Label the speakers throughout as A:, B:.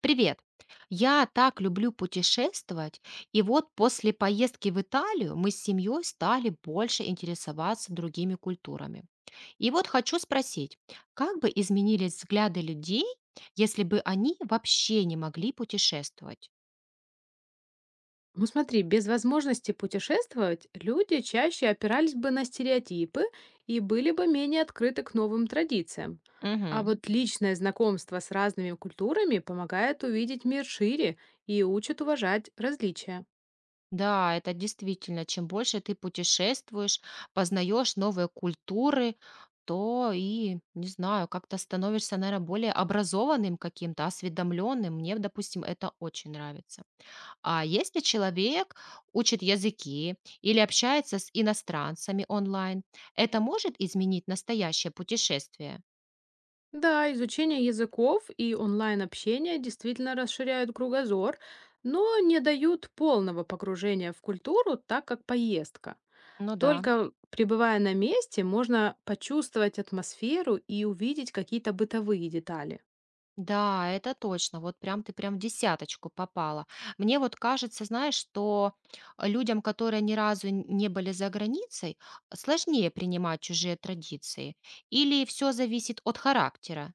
A: Привет! Я так люблю путешествовать, и вот после поездки в Италию мы с семьей стали больше интересоваться другими культурами. И вот хочу спросить, как бы изменились взгляды людей, если бы они вообще не могли путешествовать?
B: Ну смотри, без возможности путешествовать люди чаще опирались бы на стереотипы и были бы менее открыты к новым традициям. А
A: Мгм.
B: вот личное знакомство с разными культурами помогает увидеть мир шире и учит уважать различия.
A: Да, это действительно, чем больше ты путешествуешь, познаешь новые культуры, то и, не знаю, как-то становишься, наверное, более образованным каким-то, осведомленным. Мне, допустим, это очень нравится. А если человек учит языки или общается с иностранцами онлайн, это может изменить настоящее путешествие?
B: Да, изучение языков и онлайн-общение действительно расширяют кругозор, но не дают полного погружения в культуру, так как поездка.
A: Ну да.
B: Только пребывая на месте, можно почувствовать атмосферу и увидеть какие-то бытовые детали.
A: Да, это точно. Вот прям ты прям в десяточку попала. Мне вот кажется, знаешь, что людям, которые ни разу не были за границей, сложнее принимать чужие традиции. Или все зависит от характера.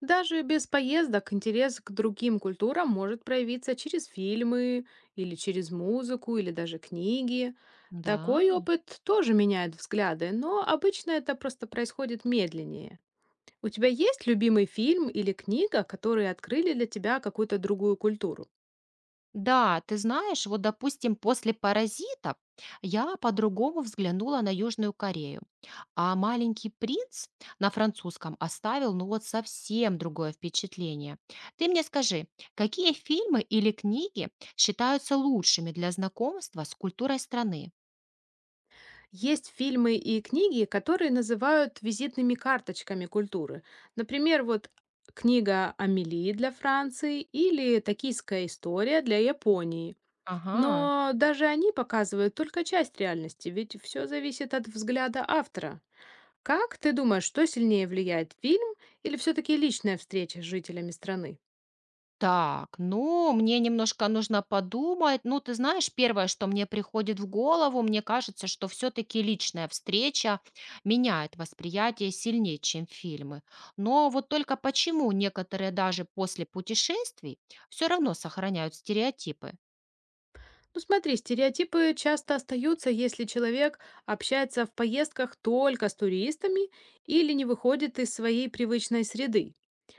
B: Даже без поездок интерес к другим культурам может проявиться через фильмы или через музыку или даже книги.
A: Да.
B: Такой опыт тоже меняет взгляды, но обычно это просто происходит медленнее. У тебя есть любимый фильм или книга, которые открыли для тебя какую-то другую культуру?
A: Да, ты знаешь, вот, допустим, после «Паразитов» я по-другому взглянула на Южную Корею, а «Маленький принц» на французском оставил, ну вот, совсем другое впечатление. Ты мне скажи, какие фильмы или книги считаются лучшими для знакомства с культурой страны?
B: Есть фильмы и книги, которые называют визитными карточками культуры. Например, вот книга Амелии для Франции или Токийская история для Японии.
A: Ага.
B: Но даже они показывают только часть реальности, ведь все зависит от взгляда автора. Как ты думаешь, что сильнее влияет, фильм или все-таки личная встреча с жителями страны?
A: Так, ну, мне немножко нужно подумать. Ну, ты знаешь, первое, что мне приходит в голову, мне кажется, что все-таки личная встреча меняет восприятие сильнее, чем фильмы. Но вот только почему некоторые даже после путешествий все равно сохраняют стереотипы?
B: Ну смотри, стереотипы часто остаются, если человек общается в поездках только с туристами или не выходит из своей привычной среды.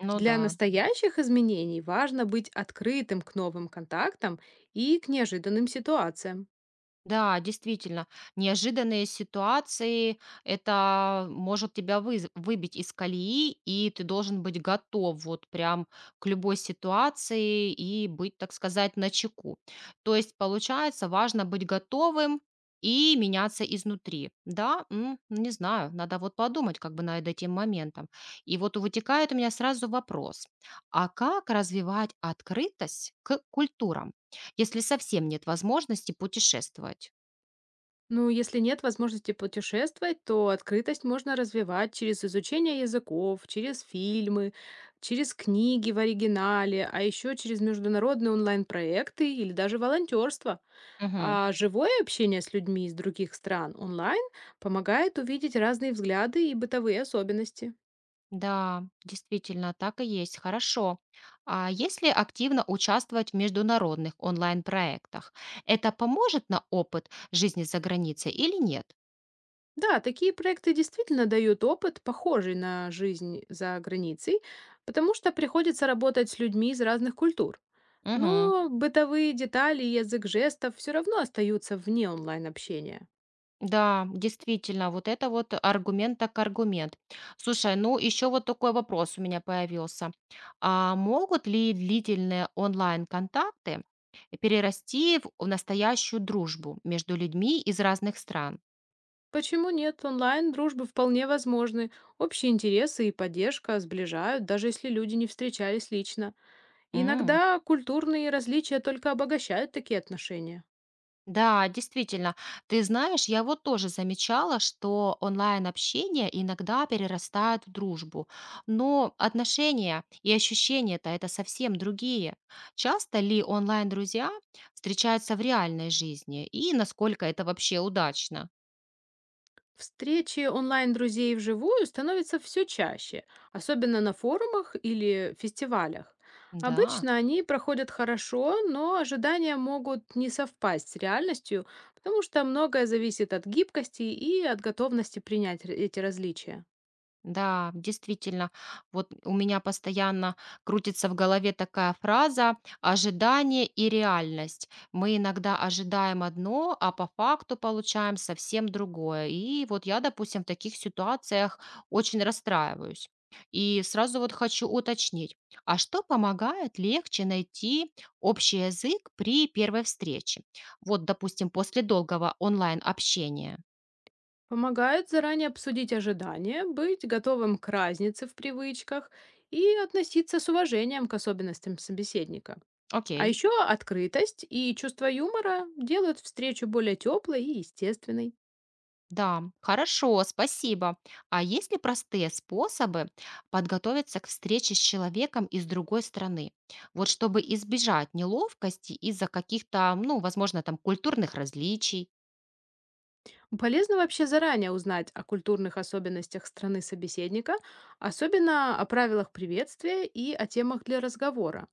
A: Ну
B: Для
A: да.
B: настоящих изменений важно быть открытым к новым контактам и к неожиданным ситуациям.
A: Да, действительно, неожиданные ситуации это может тебя выбить из колеи, и ты должен быть готов вот прям к любой ситуации и быть, так сказать, начеку. То есть, получается, важно быть готовым и меняться изнутри. Да, М, не знаю, надо вот подумать как бы над этим моментом. И вот вытекает у меня сразу вопрос, а как развивать открытость к культурам, если совсем нет возможности путешествовать?
B: Ну, если нет возможности путешествовать, то открытость можно развивать через изучение языков, через фильмы, через книги в оригинале, а еще через международные онлайн-проекты или даже волонтерство.
A: Мгм.
B: А живое общение с людьми из других стран онлайн помогает увидеть разные взгляды и бытовые особенности.
A: Да, действительно, так и есть. Хорошо. А если активно участвовать в международных онлайн-проектах, это поможет на опыт жизни за границей или нет?
B: Да, такие проекты действительно дают опыт, похожий на жизнь за границей, потому что приходится работать с людьми из разных культур.
A: Мгм.
B: Но бытовые детали и язык жестов все равно остаются вне онлайн-общения.
A: Да, действительно, вот это вот аргумент так аргумент. Слушай, ну еще вот такой вопрос у меня появился. А могут ли длительные онлайн-контакты перерасти в настоящую дружбу между людьми из разных стран?
B: Почему нет? Онлайн дружбы вполне возможны. Общие интересы и поддержка сближают, даже если люди не встречались лично.
A: М.
B: Иногда культурные различия только обогащают такие отношения.
A: Да, действительно. Ты знаешь, я вот тоже замечала, что онлайн-общение иногда перерастает в дружбу. Но отношения и ощущения-то это совсем другие. Часто ли онлайн-друзья встречаются в реальной жизни? И насколько это вообще удачно?
B: Встречи онлайн-друзей вживую становятся все чаще, особенно на форумах или фестивалях.
A: Да.
B: Обычно они проходят хорошо, но ожидания могут не совпасть с реальностью, потому что многое зависит от гибкости и от готовности принять эти различия.
A: Да, действительно, вот у меня постоянно крутится в голове такая фраза «ожидание и реальность». Мы иногда ожидаем одно, а по факту получаем совсем другое. И вот я, допустим, в таких ситуациях очень расстраиваюсь. И сразу вот хочу уточнить, а что помогает легче найти общий язык при первой встрече? Вот, допустим, после долгого онлайн-общения.
B: Помогает заранее обсудить ожидания, быть готовым к разнице в привычках и относиться с уважением к особенностям собеседника. А
A: Окей.
B: еще открытость и чувство юмора делают встречу более теплой и естественной.
A: Да, хорошо, спасибо. А есть ли простые способы подготовиться к встрече с человеком из другой страны? Вот чтобы избежать неловкости из-за каких-то, ну, возможно, там культурных различий.
B: Полезно вообще заранее узнать о культурных особенностях страны собеседника, особенно о правилах приветствия и о темах для разговора.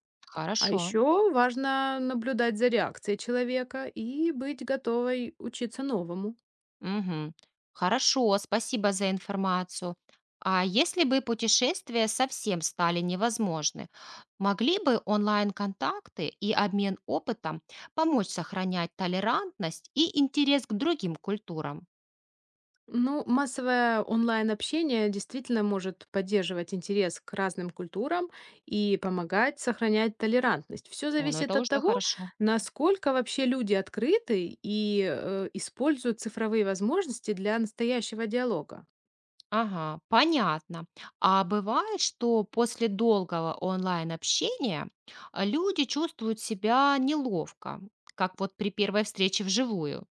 B: А
A: Хорошо.
B: еще важно наблюдать за реакцией человека и быть готовой учиться новому.
A: Мгм. Хорошо, спасибо за информацию. А если бы путешествия совсем стали невозможны, могли бы онлайн-контакты и обмен опытом помочь сохранять толерантность и интерес к другим культурам?
B: Ну, массовое онлайн-общение действительно может поддерживать интерес к разным культурам и помогать сохранять толерантность. Все
A: О, ну
B: зависит
A: это
B: от
A: уже
B: того,
A: хорошо.
B: насколько вообще люди открыты и используют цифровые возможности для настоящего диалога.
A: Ага, понятно. А бывает, что после долгого онлайн-общения люди чувствуют себя неловко, как вот при первой встрече вживую.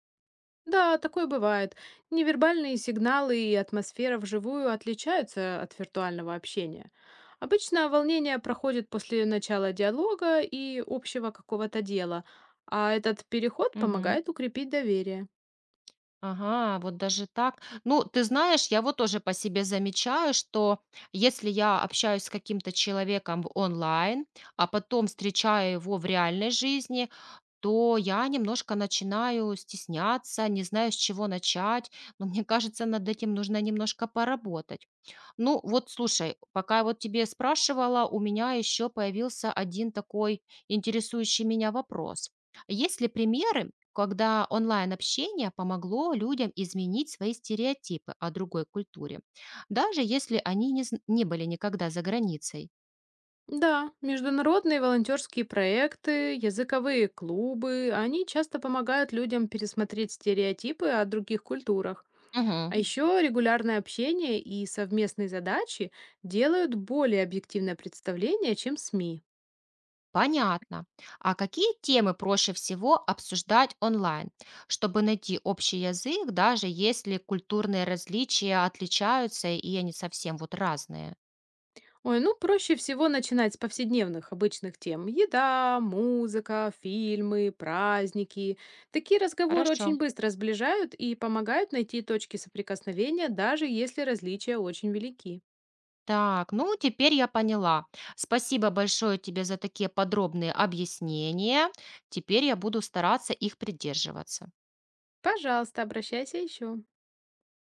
B: Да, такое бывает. Невербальные сигналы и атмосфера вживую отличаются от виртуального общения. Обычно волнение проходит после начала диалога и общего какого-то дела, а этот переход помогает укрепить доверие.
A: Ага, вот даже так. Ну, ты знаешь, я вот тоже по себе замечаю, что если я общаюсь с каким-то человеком в онлайн, а потом встречаю его в реальной жизни, то я немножко начинаю стесняться, не знаю, с чего начать. Но мне кажется, над этим нужно немножко поработать. Ну, вот слушай, пока я вот тебе спрашивала, у меня еще появился один такой интересующий меня вопрос. Есть ли примеры, когда онлайн-общение помогло людям изменить свои стереотипы о другой культуре, даже если они не, не были никогда за границей?
B: Да, международные волонтерские проекты, языковые клубы, они часто помогают людям пересмотреть стереотипы о других культурах.
A: Мгм.
B: А еще регулярное общение и совместные задачи делают более объективное представление, чем СМИ.
A: Понятно. А какие темы проще всего обсуждать онлайн, чтобы найти общий язык, даже если культурные различия отличаются и они совсем вот разные?
B: Ой, ну проще всего начинать с повседневных обычных тем. Еда, музыка, фильмы, праздники. Такие разговоры
A: Хорошо.
B: очень быстро сближают и помогают найти точки соприкосновения, даже если различия очень велики.
A: Так, ну теперь я поняла. Спасибо большое тебе за такие подробные объяснения. Теперь я буду стараться их придерживаться.
B: Пожалуйста, обращайся еще.